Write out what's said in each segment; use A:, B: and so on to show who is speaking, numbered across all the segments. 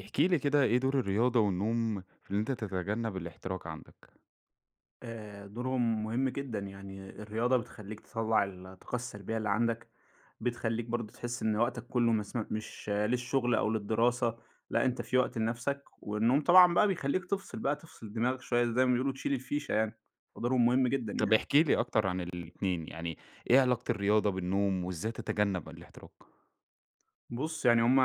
A: احكِ لي كده إيه دور الرياضة والنوم في إن أنت تتجنب الاحتراق عندك؟
B: دورهم مهم جدًا، يعني الرياضة بتخلّيك تطلّع الطاقة السلبية اللي عندك، بتخلّيك برضه تحس إن وقتك كلّه مش للشغل أو للدراسة، لأ أنت في وقت لنَفْسك، والنوم طبعًا بقى بيخلّيك تفصل بقى، تفصل دماغك شوية زي ما بيقولوا تشيل الفيشة يعني، فدورهم مهم جدًا
A: طب
B: يعني.
A: احكِ لي أكتر عن الاتنين، يعني إيه علاقة الرياضة بالنوم وإزاي تتجنب الاحتراق؟
B: بُص، يعني هم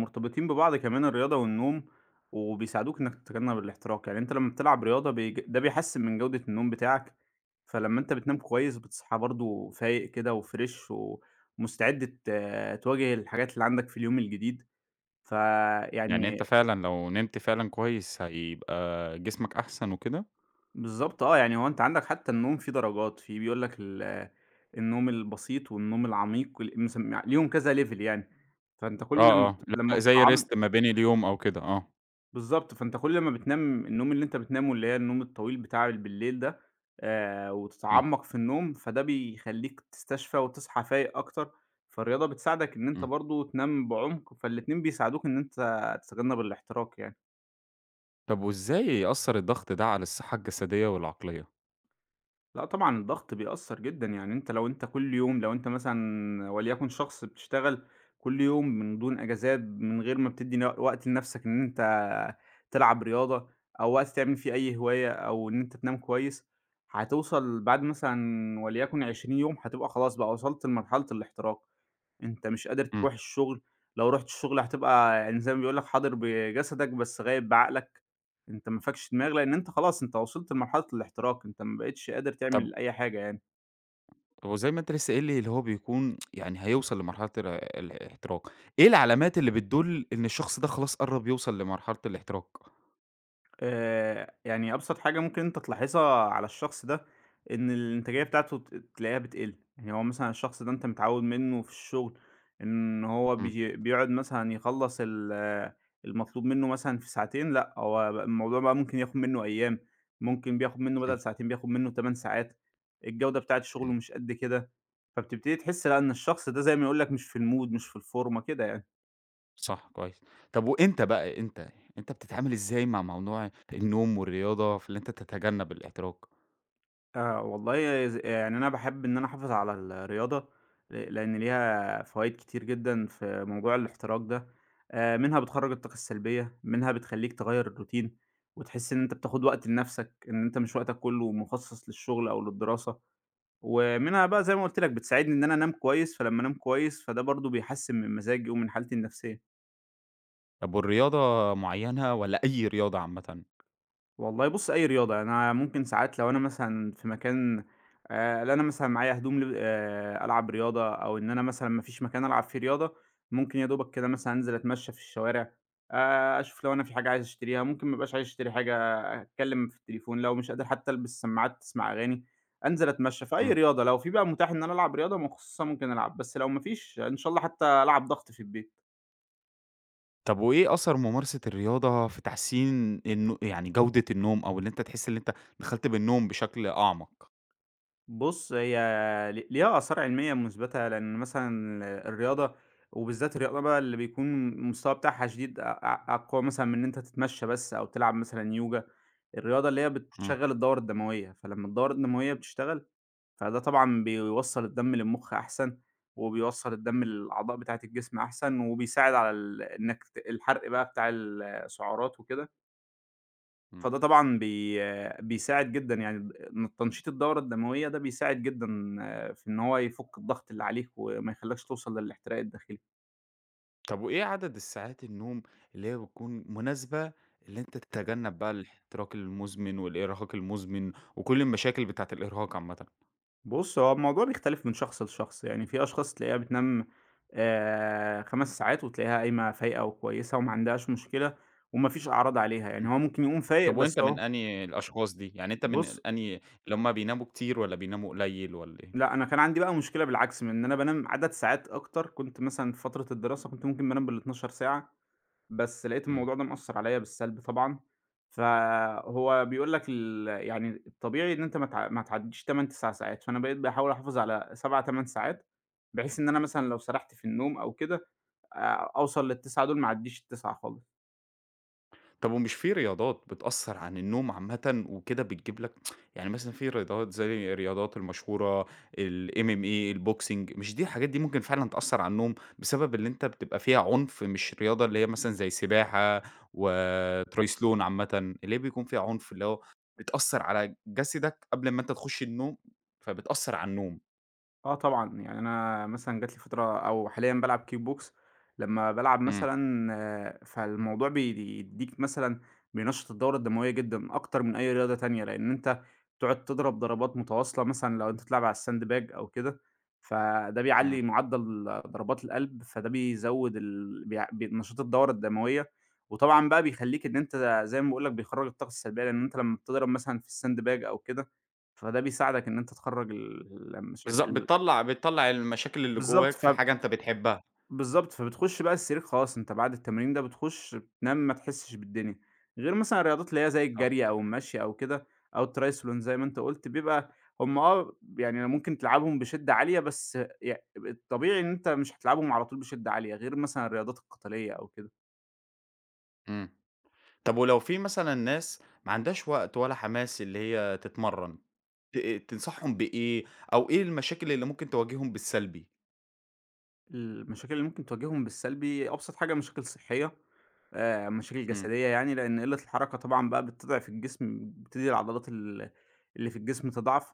B: مرتبطين ببعض كمان الرياضة والنوم، وبيساعدوك إنك تتجنب الاحتراق، يعني أنت لمّا بتلعب رياضة ده بيحسّن من جودة النوم بتاعك، فلمّا أنت بتنام كويس بتصحى برضه فايق كده وfresh ومستعد تواجه الحاجات اللي عندك في اليوم الجديد،
A: يعني أنت
B: فيعني.
A: فعلًا لو نمت فعلًا كويس هيبقى جسمك أحسن وكده؟
B: بالضبط آه، يعني هو أنت عندك حتى النوم فيه درجات، في بيقول لك النوم البسيط والنوم العميق ال مسم ليهم كذا level يعني، فأنت كل لمّا
A: آه، آه،
B: بت لمّا
A: لأ زي
B: بتعم
A: rest ما بين اليوم أو كده، آه.
B: بالضبط، فأنت كل ما بتنام النوم اللي أنت بتنامه اللي هي النوم الطويل بتاع بالليل ده،
A: إمم.
B: وتتعمّق في النوم، فده بيخلّيك تستشفى وتصحى فايق أكتر، فالرياضة بتساعدك إن أنت
A: إمم.
B: برضه تنام بعمق، فالاتنين بيساعدوك إن أنت تتجنب الاحتراق يعني.
A: طب وإزاي يأثّر الضغط ده على الصحة الجسدية والعقلية؟
B: لأ طبعًا الضغط بيأثّر جدًا، يعني أنت لو أنت كل يوم لو أنت مثلًا وليكن شخص بتشتغل كل يوم من دون أجازات، من غير ما بتدّي وقت لنَفْسك إن أنت تلعب رياضة أو وقت تعمل فيه أي هواية أو إن أنت تنام كويس، هتوصل بعد مثلًا وليكن 20 يوم هتبقى خلاص بقى وصلت لمرحلة الاحتراق. أنت مش قادر
A: إمم.
B: تروح الشغل، لو رُحت الشغل هتبقى يعني زي ما بيقول لك حاضر بجسدك بس غايب بعقلك، أنت ما فاكش دماغ لأن أنت خلاص أنت وصلت لمرحلة الاحتراق، أنت ما بقيتش قادر
A: طب
B: تعمل أي حاجة يعني.
A: هو زي ما أنت لسه قايل لي اللي هو بيكون يعني هيوصل لمرحلة الاحتراق، إيه العلامات اللي بتدُل إن الشخص ده خلاص قرّب يوصل لمرحلة الاحتراق؟
B: يعني أبسط حاجة ممكن أنت تلاحظها على الشخص ده، إن الإنتاجية بتاعته تلاقيها بتقل، يعني هو مثلًا الشخص ده أنت متعوّد منه في الشغل إن هو
A: إمم.
B: بيقعد مثلًا يخلّص ال آه، المطلوب منه مثلًا في ساعتين، لأ هو بقى الموضوع بقى ممكن ياخد منه أيام، ممكن بياخد منه
A: إمم.
B: بدل ساعتين بياخد منه 8 ساعات، الجودة بتاعة شغله
A: إمم.
B: مش قد كده، فبتبتدي تحس لأ إن الشخص ده زي ما يقول لك مش في المود مش في الفورمة كده يعني.
A: صح، كويس. طب وأنت بقى أنت، أنت بتتعامل إزاي مع موضوع النوم والرياضة في اللي أنت تتجنب الاحتراق؟
B: آه، والله يعني أنا باحب إن أنا أحافظ على الرياضة، لإن ليها فوايد كتير جدًا في موضوع الاحتراق ده، منها بتخرّج الطاقة السلبية، منها بتخلّيك تغيّر الروتين، وتحس إن أنت بتاخد وقت لنفسك، إن أنت مش وقتك كله مخصص للشغل أو للدراسة، ومنها بقى زي ما قُلت لك بتساعدني إن أنا أنام كويس، فلمّا أنام كويس فده برضه بيحسّن من مزاجي ومن حالتي النفسية.
A: طب والرياضة معيّنة والّا أي رياضة عامةً؟
B: والله بُص، أي رياضة، يعني أنا ممكن ساعات لو أنا مثلًا في مكان اللي أنا مثلًا معايا هدوم ل ألعب رياضة أو إن أنا مثلًا ما فيش مكان ألعب فيه رياضة، ممكن يا دوبك كده مثلًا أنزل أتمشى في الشوارع، أشوف لو أنا في حاجة عايز أشتريها، ممكن ما ابقاش عايز أشتري حاجة، آه، أتكلم في التليفون، لو مش قادر حتى ألبس سماعات تسمع أغاني، أنزل أتمشى، فأي
A: إمم.
B: رياضة لو في بقى متاح إن أنا ألعب رياضة مخصصة ممكن ألعب، بس لو ما فيش إن شاء الله حتى ألعب ضغط في البيت.
A: طب وإيه أثر ممارسة الرياضة في تحسين يعني جودة النوم أو اللي أنت تحس اللي أنت دخلت بالنوم بشكل أعمق؟
B: بُص، هي ليها آثار علمية مثبتة، لأن مثلًا الرياضة وبالذات الرياضة بقى اللي بيكون المستوى بتاعها شديد أ أ أقوى مثلًا من إن أنت تتمشى بس أو تلعب مثلًا يوجا، الرياضة اللي هي
A: إمم.
B: بتشغّل الدورة الدموية، فلمّا الدورة الدموية بتشتغل، فده طبعًا بيوصّل الدم للمخ أحسن، وبيوصّل الدم للأعضاء بتاعة الجسم أحسن، وبيساعد على ال إنك ت الحرق بقى بتاع السعرات وكده.
A: إمم.
B: فده طبعًا بيساعد جدًا يعني إن تنشيط الدورة الدموية ده بيساعد جدًا آه، في إن هو يفُك الضغط اللي عليك وما يخلّكش توصل للاحتراق الداخلي.
A: طب وإيه عدد الساعات النوم اللي هي بتكون مناسبة اللي أنت تتجنب بقى الاحتراق المزمن والإرهاق المزمن وكل المشاكل بتاعة الإرهاق عامةً؟
B: بُص، هو الموضوع بيختلف من شخص لشخص، يعني في أشخاص تلاقيها بتنام 5 ساعات وتلاقيها قايمة فايقة وكويسة وما عندهاش مشكلة وما فيش أعراض عليها، يعني
A: إمم.
B: هو ممكن يقوم فايق
A: طب
B: بس
A: وأنت
B: هو.
A: من أنهي الأشخاص دي؟ يعني أنت من
B: بُص
A: أنهي اللي هم بيناموا كتير والّا بيناموا قليل والّا إيه؟
B: لأ، أنا كان عندي بقى مشكلة بالعكس من إن أنا بانام عدد ساعات أكتر، كنت مثلًا في فترة الدراسة كنت ممكن بانام بال12 ساعة. بس لقيت
A: إمم.
B: الموضوع ده مأثّر عليّا بالسلب طبعًا، فهو بيقول لك يعني الطبيعي إن أنت ما تعدّيش 8، 9 ساعات، فأنا بقيت باحاول أحافظ على 7، 8 ساعات، بحيث إن أنا مثلًا لو سرحت في النوم أو كده أوصل لل9 دول ما اعدّيش ال9 خالص.
A: طب ومش في رياضات بتأثّر عن النوم عامةً وكده بتجيب لك يعني مثلًا في رياضات زي الرياضات المشهورة الMMA، الBoxing، مش دي الحاجات دي ممكن فعلًا تأثّر على النوم بسبب اللي أنت بتبقى فيها عنف مش رياضة اللي هي مثلًا زي السباحة وTriathlon عامةً، اللي هي بيكون فيها عنف اللي هو بتأثّر على جسدك قبل ما أنت تخش النوم، فبتأثّر على النوم.
B: آه طبعًا، يعني أنا مثلًا جات لي فترة أو حاليًا بالعب Kick Box لمّا بالعب
A: إمم.
B: مثلًا آه، فالموضوع بيدّيك مثلًا بينشّط الدورة الدموية جدًا أكتر من أي رياضة تانية، لإن أنت بتقعد تضرب ضربات متواصلة مثلًا لو أنت بتلعب على الsandbag أو كده، فده
A: إمم.
B: بيعلّي معدل ضربات القلب، فده بيزوّد ال بيع بي نشاط الدورة الدموية، وطبعًا بقى بيخلّيك إن أنت زي ما باقول لك بيخرّج الطاقة السلبية، لإن أنت لمّا بتضرب مثلًا في الsandbag أو كده، فده بيساعدك إن أنت تخرّج ال المشا
A: بالضبط،
B: ال
A: بتطلّع المشاكل اللي
B: بالضبط،
A: جواك في حاجة أنت بتحبها.
B: بالضبط، فبتخش بقى السرير خلاص أنت بعد التمرين ده بتخش بتنام ما تحسش بالدنيا، غير مثلًا الرياضات اللي هي زي
A: صح.
B: الجري أو المشي أو كده أو الTriathlon زي ما أنت قُلت، بيبقى هم آه يعني ممكن تلعبهم بشدة عالية، بس ي الطبيعي إن أنت مش هتلعبهم على طول بشدة عالية، غير مثلًا الرياضات القتالية أو كده.
A: إمم. طب ولو في مثلًا ناس ما عندهاش وقت ولا حماس اللي هي تتمرّن، ت تنصحهم بإيه، أو إيه المشاكل اللي ممكن تواجههم بالسلبي؟
B: المشاكل اللي ممكن تواجههم بالسلبي أبسط حاجة مشاكل صحية، مشاكل
A: إمم.
B: جسدية يعني، لأن قلة الحركة طبعًا بقى بتضعف الجسم، بتبتدي العضلات اللي في الجسم تضعف.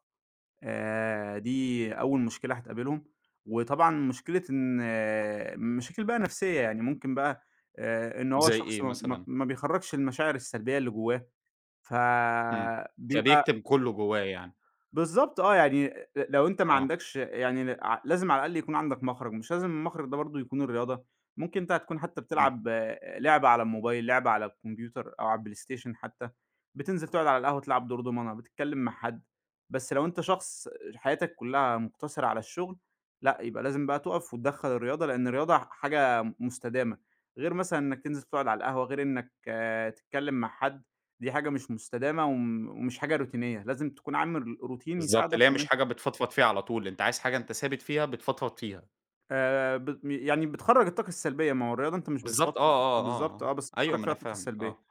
B: دي أول مشكلة هتقابلهم، وطبعًا مشكلة إن آه، مشاكل بقى نفسية، يعني ممكن بقى إن هو
A: زي
B: شخص
A: إيه مثلًا؟
B: ما بيخرّجش المشاعر السلبية اللي جوّاه،
A: إمم.
B: فبيبقى
A: فبيكتم كلّه جوّاه يعني.
B: بالضبط آه، يعني لو أنت ما
A: آه.
B: عندكش يعني لازم على الأقل يكون عندك مخرج، مش لازم المخرج ده برضه يكون الرياضة، ممكن أنت هتكون حتى
A: إمم.
B: بتلعب آه، لعبة على الموبايل، لعبة على الكمبيوتر أو على البلاي ستيشن حتى، بتنزل تقعد على القهوة تلعب دور دومنة، بتتكلم مع حد، بس لو أنت شخص حياتك كلها مقتصرة على الشغل، لأ، يبقى لازم بقى تُقف وتدخّل الرياضة، لأن الرياضة حاجة مستدامة، غير مثلًا إنك تنزل تقعد على القهوة، غير إنك آه، تتكلم مع حد. دي حاجة مش مستدامة ومش حاجة روتينية، لازم تكون عامل روتين
A: بالضبط،
B: يساعدك
A: اللي هي
B: إن
A: مش
B: أنت
A: حاجة بتفضفض فيها على طول، أنت عايز حاجة أنت ثابت فيها بتفضفض فيها.
B: بت يعني بتخرّج الطاقة السلبية، ما هو الرياضة أنت مش
A: بالضبط، آه،
B: بتفضفض
A: آه، آه،
B: بالضبط
A: آه،
B: آه، بس
A: أيوه،
B: بتخرّج
A: ما
B: فيها
A: أنا
B: الطاقة
A: فاهمك،
B: السلبية.
A: آه.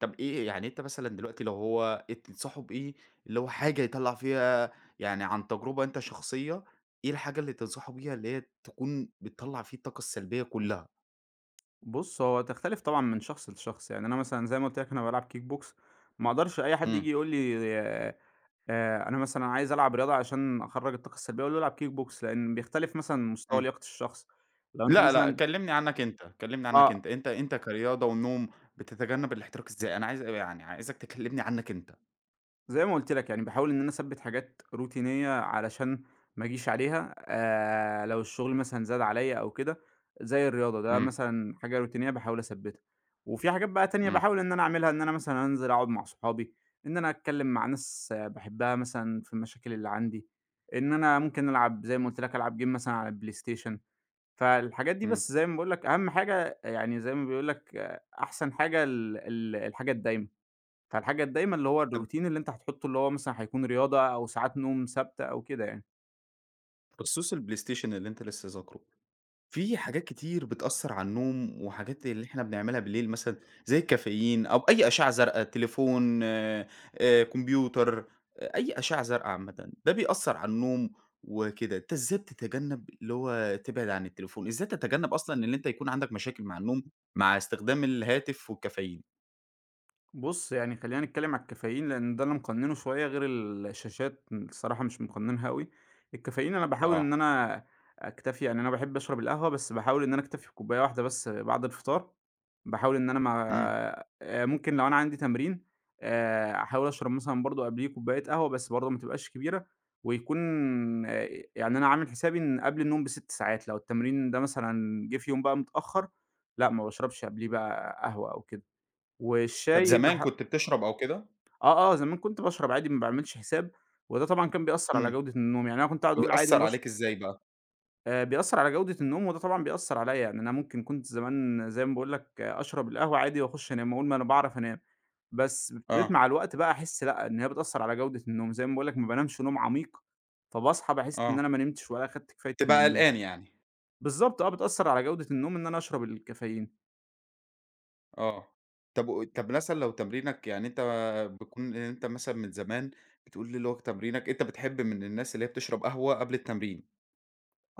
A: طب إيه يعني أنت مثلًا دلوقتي لو هو تنصحه بإيه اللي هو حاجة يطلّع فيها، يعني عن تجربة أنت شخصية، إيه الحاجة اللي تنصحه بيها اللي هي تكون بتطلّع فيه الطاقة السلبية كلّها؟
B: بُص، هو تختلف طبعًا من شخص لشخص، يعني أنا مثلًا زي ما قُلت لك أنا بالعب Kick Box، ما أقدرش أي حد
A: إمم.
B: ييجي يقول لي أنا مثلًا عايز ألعب رياضة عشان أخرّج الطاقة السلبية، أقول له العب Kick Box لإن بيختلف مثلًا مستوى
A: إمم.
B: لياقة الشخص، لو أنت
A: لأ، لأ،
B: مثلًا
A: كلّمني عنك أنت، كلّمني عنك
B: آه.
A: أنت، أنت كرياضة ونوم بتتجنب الاحتراق إزاي؟ أنا عايز يعني عايزك تكلّمني عنك أنت.
B: زي ما قُلت لك يعني باحاول إن أنا أثبّت حاجات روتينية علشان ما أجيش عليها، لو الشغل مثلًا زاد عليّا أو كده، زي الرياضة ده
A: إمم.
B: مثلًا حاجة روتينية باحاول أثبّتها، وفي حاجات بقى تانية
A: إمم.
B: باحاول إن أنا أعملها، إن أنا مثلًا أنزل أقعد مع صحابي، إن أنا أتكلّم مع ناس باحبها مثلًا في المشاكل اللي عندي، إن أنا ممكن ألعب زي ما قُلت لك ألعب game مثلًا على البلايستيشن، فالحاجات دي
A: إمم.
B: بس زي ما باقول لك أهم حاجة يعني زي ما بيقول لك أحسن حاجة ال ال الحاجة الدايمة. فالحاجة دايمًا اللي هو
A: طب
B: الروتين اللي أنت هتحطه اللي هو مثلًا هيكون رياضة أو ساعات نوم ثابتة أو كده يعني.
A: بخصوص البلاي ستيشن اللي أنت لسه ذاكره. في حاجات كتير بتأثّر على النوم، وحاجات اللي إحنا بنعملها بالليل مثلًا زي الكافيين أو أي أشعة زرقا، تليفون، كمبيوتر، آه، أي أشعة زرقا عامةً، ده بيأثّر على النوم وكده. أنت إزاي بتتجنّب اللي هو تبعد عن التليفون؟ إزاي تتجنّب أصلًا إن أنت يكون عندك مشاكل مع النوم مع استخدام الهاتف والكافيين؟
B: بُص، يعني خلّينا نتكلم على الكافيين، لإن ده اللي مقنّنه شوية غير الشاشات الصراحة مش مقنّنها أوي. الكافيين أنا باحاول إن
A: آه.
B: أنا أكتفي يعني أنا باحب أشرب القهوة، بس باحاول إن أنا أكتفي بكوباية واحدة بس بعد الفطار، باحاول إن أنا ما
A: إمم.
B: ممكن لو أنا عندي تمرين أحاول أشرب مثلًا برضه قبليه كوباية قهوة، بس برضه ما تبقاش كبيرة، ويكون آآ يعني أنا عامل حسابي إن قبل النوم ب6 ساعات، لو التمرين ده مثلًا جِه في يوم بقى متأخّر، لأ ما باشربش قبليه بقى قهوة أو كده.
A: طَب
B: والشاي
A: زمان
B: باح
A: كنت بتشرب أو كده؟
B: آه، آه، زمان كنت باشرب عادي ما باعملش حساب، وده طبعًا كان بيأثّر على
A: إمم.
B: جودة النوم، يعني أنا كنت أقعد أقول عادي أنا
A: بيأثّر
B: باشرب
A: عليك إزاي بقى؟
B: بيأثّر على جودة النوم، وده طبعًا بيأثّر عليَّ، يعني أنا ممكن كنت زمان زي ما باقول لك آه، أشرب القهوة عادي وأخش أنام، وأقول ما أنا باعرف أنام، بس ابتديت
A: آه،
B: مع الوقت بقى أحس لأ، إن هي بتأثّر على جودة النوم، زي ما باقول لك ما بانامش نوم عميق، فباصحى باحس إن أنا
A: آه.
B: ما نمتش ولا أخدت كفايتي من
A: بتبقى
B: النوم.
A: قلقان يعني.
B: بالضبط آه، بتأثّر على جودة النوم إن أنا أشرب الكافيين.
A: آه. طب مثلًا لو تمرينك يعني أنت بتكون أنت مثلًا من زمان بتقول لي اللي هو تمرينك أنت بتحب من الناس اللي هي بتشرب قهوة قبل التمرين،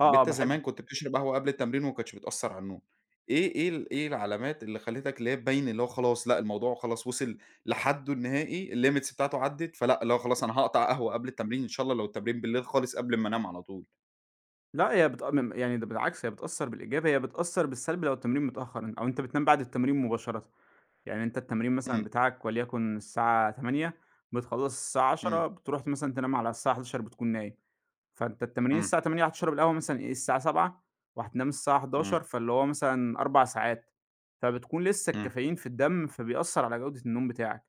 A: طب
B: آه،
A: أنت
B: باحب
A: زمان كنت بتشرب قهوة قبل التمرين وما كانتش بتأثّر على النوم، إيه العلامات اللي خلّتك اللي هي تبيّن اللي هو خلاص لأ، الموضوع خلاص وصل لحدُّه النهائي الlimits بتاعته عدِّت، فلأ اللي هو خلاص أنا هاقطع قهوة قبل التمرين إن شاء الله لو التمرين بالليل خالص قبل ما أنام على طول؟
B: لأ، هي بت م يعني ده بالعكس هي بتأثّر بالإيجاب، هي بتأثّر بالسلب لو التمرين متأخّر أو أنت بتنام بعد التمرين مباشرةً، يعني أنت التمرين مثلًا
A: إمم.
B: بتاعك وليكن الساعة 08:00 بتخلّص الساعة
A: إمم.
B: 10:00 بتروح مثلًا تنام على الساعة 11:00 بتكون نايم. فأنت التمرين
A: إمم.
B: الساعة 08:00 هتشرب القهوة مثلًا إيه الساعة 07:00 وهتنام الساعة
A: إمم.
B: 11:00 فاللي هو مثلًا 4 ساعات، فبتكون لسه
A: إمم.
B: الكافيين في الدم فبيأثّر على جودة النوم بتاعك،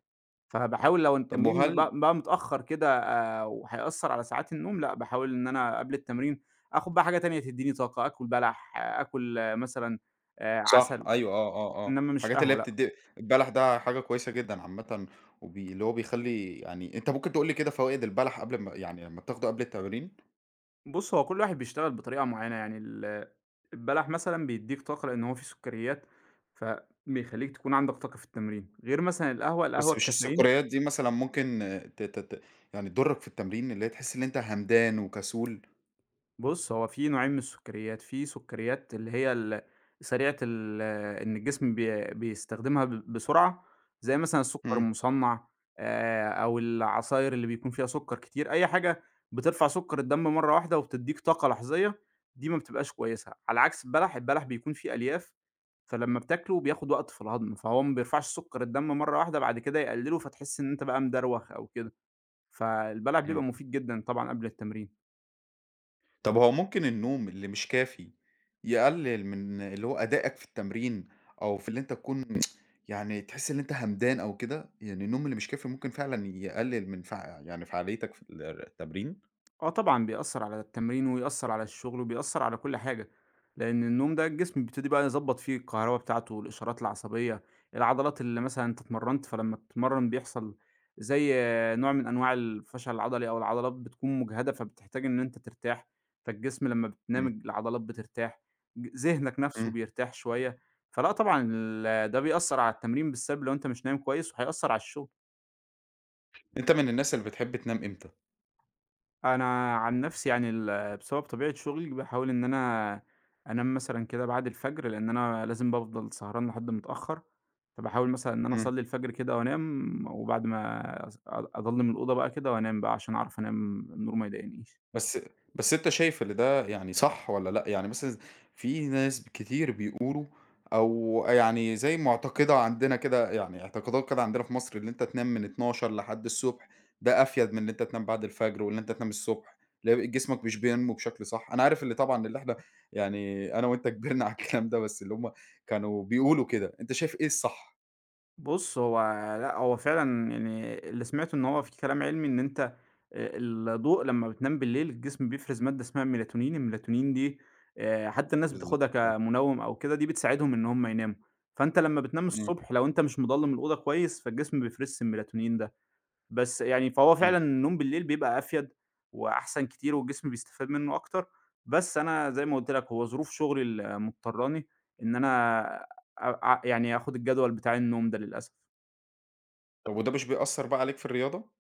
B: فباحاول لو
A: طب
B: التمرين بقى متأخّر كده وهيأثّر على ساعات النوم لأ، باحاول إن أنا قبل التمرين آخُد بقى حاجة تانية تدّيني طاقة، آكُل بلح، آه، آكُل آه، مثلًا
A: صح،
B: عسل،
A: أيوه، آه، آه، آه،
B: إنّما مش
A: الحاجات اللي
B: قهوة
A: هي
B: لأ.
A: بتدّي البلح ده حاجة كويسة جدًا عامةً، اللي هو بيخلّي يعني أنت ممكن تقول لي كده فوائد البلح قبل ما يعني لمّا بتاخده قبل التمرين؟
B: بُص، هو كل واحد بيشتغل بطريقة معيّنة، يعني البلح مثلًا بيدّيك طاقة لإن هو فيه سكريات، فبيخلّيك تكون عندك طاقة في التمرين، غير مثلًا القهوة،
A: بس مش
B: الكافيين.
A: السكريات دي مثلًا ممكن ت ت ت يعني تضرّك في التمرين، اللي هي تحس إن أنت همدان وكسول؟
B: بُص، هو في نوعين من السكريات، في سكريات اللي هي سريعة إن الجسم بيستخدمها بسرعة، زي مثلًا السكر
A: إمم.
B: المُصنّع أو العصاير اللي بيكون فيها سكر كتير، أي حاجة بترفع سكر الدم مرّة واحدة وبتدّيك طاقة لحظية، دي ما بتبقاش كويسة، على عكس البلح، البلح بيكون فيه ألياف، فلمّا بتاكله بياخد وقت في الهضم، فهو ما بيرفعش سكر الدم مرّة واحدة بعد كده يقلّله، فتحس إن أنت بقى مدروخ أو كده، فالبلح بيبقى
A: إمم.
B: مفيد جدًا طبعًا قبل التمرين.
A: طب هو ممكن النوم اللي مش كافي يقلل من اللي هو أدائك في التمرين، أو في اللي أنت تكون يعني تحس إن أنت همدان أو كده؟ يعني النوم اللي مش كافي ممكن فعلًا يقلل من يعني فعاليتك في التمرين؟
B: آه طبعًا بيأثّر على التمرين، ويأثّر على الشغل، وبيأثّر على كل حاجة، لإن النوم ده الجسم بيبتدي بقى يضبّط فيه الكهربا بتاعته، الإشارات العصبية، العضلات اللي مثلًا أنت اتمرّنت، فلمّا بتتمرّن بيحصل زي نوع من أنواع الفشل العضلي، أو العضلات بتكون مُجهدة، فبتحتاج إن أنت ترتاح، فالجسم لمّا بتنام
A: إمم.
B: العضلات بترتاح، ذهنك نَفْسه
A: إمم.
B: بيرتاح شوية، فلأ طبعًا ده بيأثّر على التمرين بالسلب لو أنت مش نايم كويس، وهيأثّر على الشغل.
A: أنت من الناس اللي بتحب تنام إمتى؟
B: أنا عن نفسي يعني بسبب طبيعة شغلي باحاول إن أنا أنام مثلًا كده بعد الفجر، لإن أنا لازم بافضل سهران لحد متأخر، فباحاول مثلًا إن أنا
A: إمم.
B: أصلّي الفجر كده وأنام، وبعد ما أضلِّم الأوضة بقى كده وأنام بقى عشان أعرف أنام النور ما يضايقنيش.
A: بس بس أنت شايف اللي ده يعني صح والّا لأ؟ يعني مثلًا في ناس كتير بيقولوا أو يعني زي معتقدة عندنا كده يعني اعتقادات كده عندنا في مصر اللي أنت تنام من 12:00 لحد الصبح، ده أفيد من إن أنت تنام بعد الفجر وإن أنت تنام الصبح، جسمك مش بينمو بشكل صح. أنا عارف اللي طبعًا اللي إحنا يعني أنا وأنت كبرنا على الكلام ده، بس اللي هم كانوا بيقولوا كده، أنت شايف إيه الصح؟
B: بُص، هو لأ، هو فعلًا يعني اللي سمعته إن هو في كلام علمي إن أنت الضوء لمّا بتنام بالليل الجسم بيفرز مادة اسمها الميلاتونين، الميلاتونين دي حتى الناس
A: بالضبط؟
B: بتاخدها
A: آه.
B: كمنوِّم أو كده، دي بتساعدهم إن هم يناموا، فأنت لمّا بتنام
A: إمم.
B: الصبح لو أنت مش مضلِّم الأوضة كويس، فالجسم ما بيفرزش الميلاتونين ده، بس يعني فهو
A: إمم.
B: فعلًا النوم بالليل بيبقى أفيد وأحسن كتير والجسم بيستفاد منه أكتر، بس أنا زي ما قُلت لك هو ظروف شغلي اللي مضطراني إن أنا أ أ يعني آخد الجدول بتاع النوم ده للأسف.
A: طب وده مش بيأثّر بقى عليك في الرياضة؟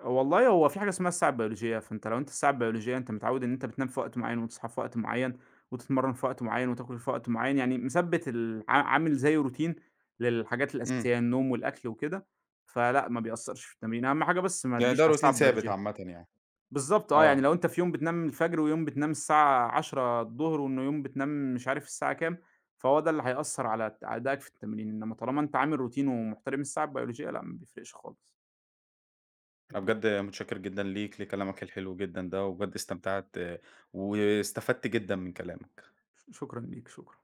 B: والله هو في حاجة اسمها الساعة البيولوجية، فأنت لو أنت الساعة البيولوجية أنت متعوّد إن أنت بتنام في وقت معيّن وتصحى في وقت معيّن وتتمرّن في وقت معيّن وتاكل في وقت معيّن، يعني مثبّت ال عا عامل زي روتين للحاجات
A: إمم.
B: الأساسية، النوم والأكل وكده، فلأ ما بيأثّرش في التمرين، أهم حاجة بس ما
A: يعني
B: تجيش
A: ده
B: على الساعة
A: روتين ثابت
B: البيولوجية.
A: عامةً يعني.
B: بالضبط آه، يعني لو
A: آه.
B: أنت في يوم بتنام الفجر ويوم بتنام الساعة 22:00 وإنه يوم بتنام مش عارف الساعة كام، فهو ده اللي هيأثّر على أدائك في التمرين، إنّما طالما أنت عامل روتين ومحترم الساعة البيولوجية لأ ما بيفرقش خالص.
A: أنا بجد متشكر جدًا ليك، لكلامك الحلو جدًا ده، وبجد استمتعت، واستفدت جدًا من كلامك.
B: شكرًا ليك، شكرًا.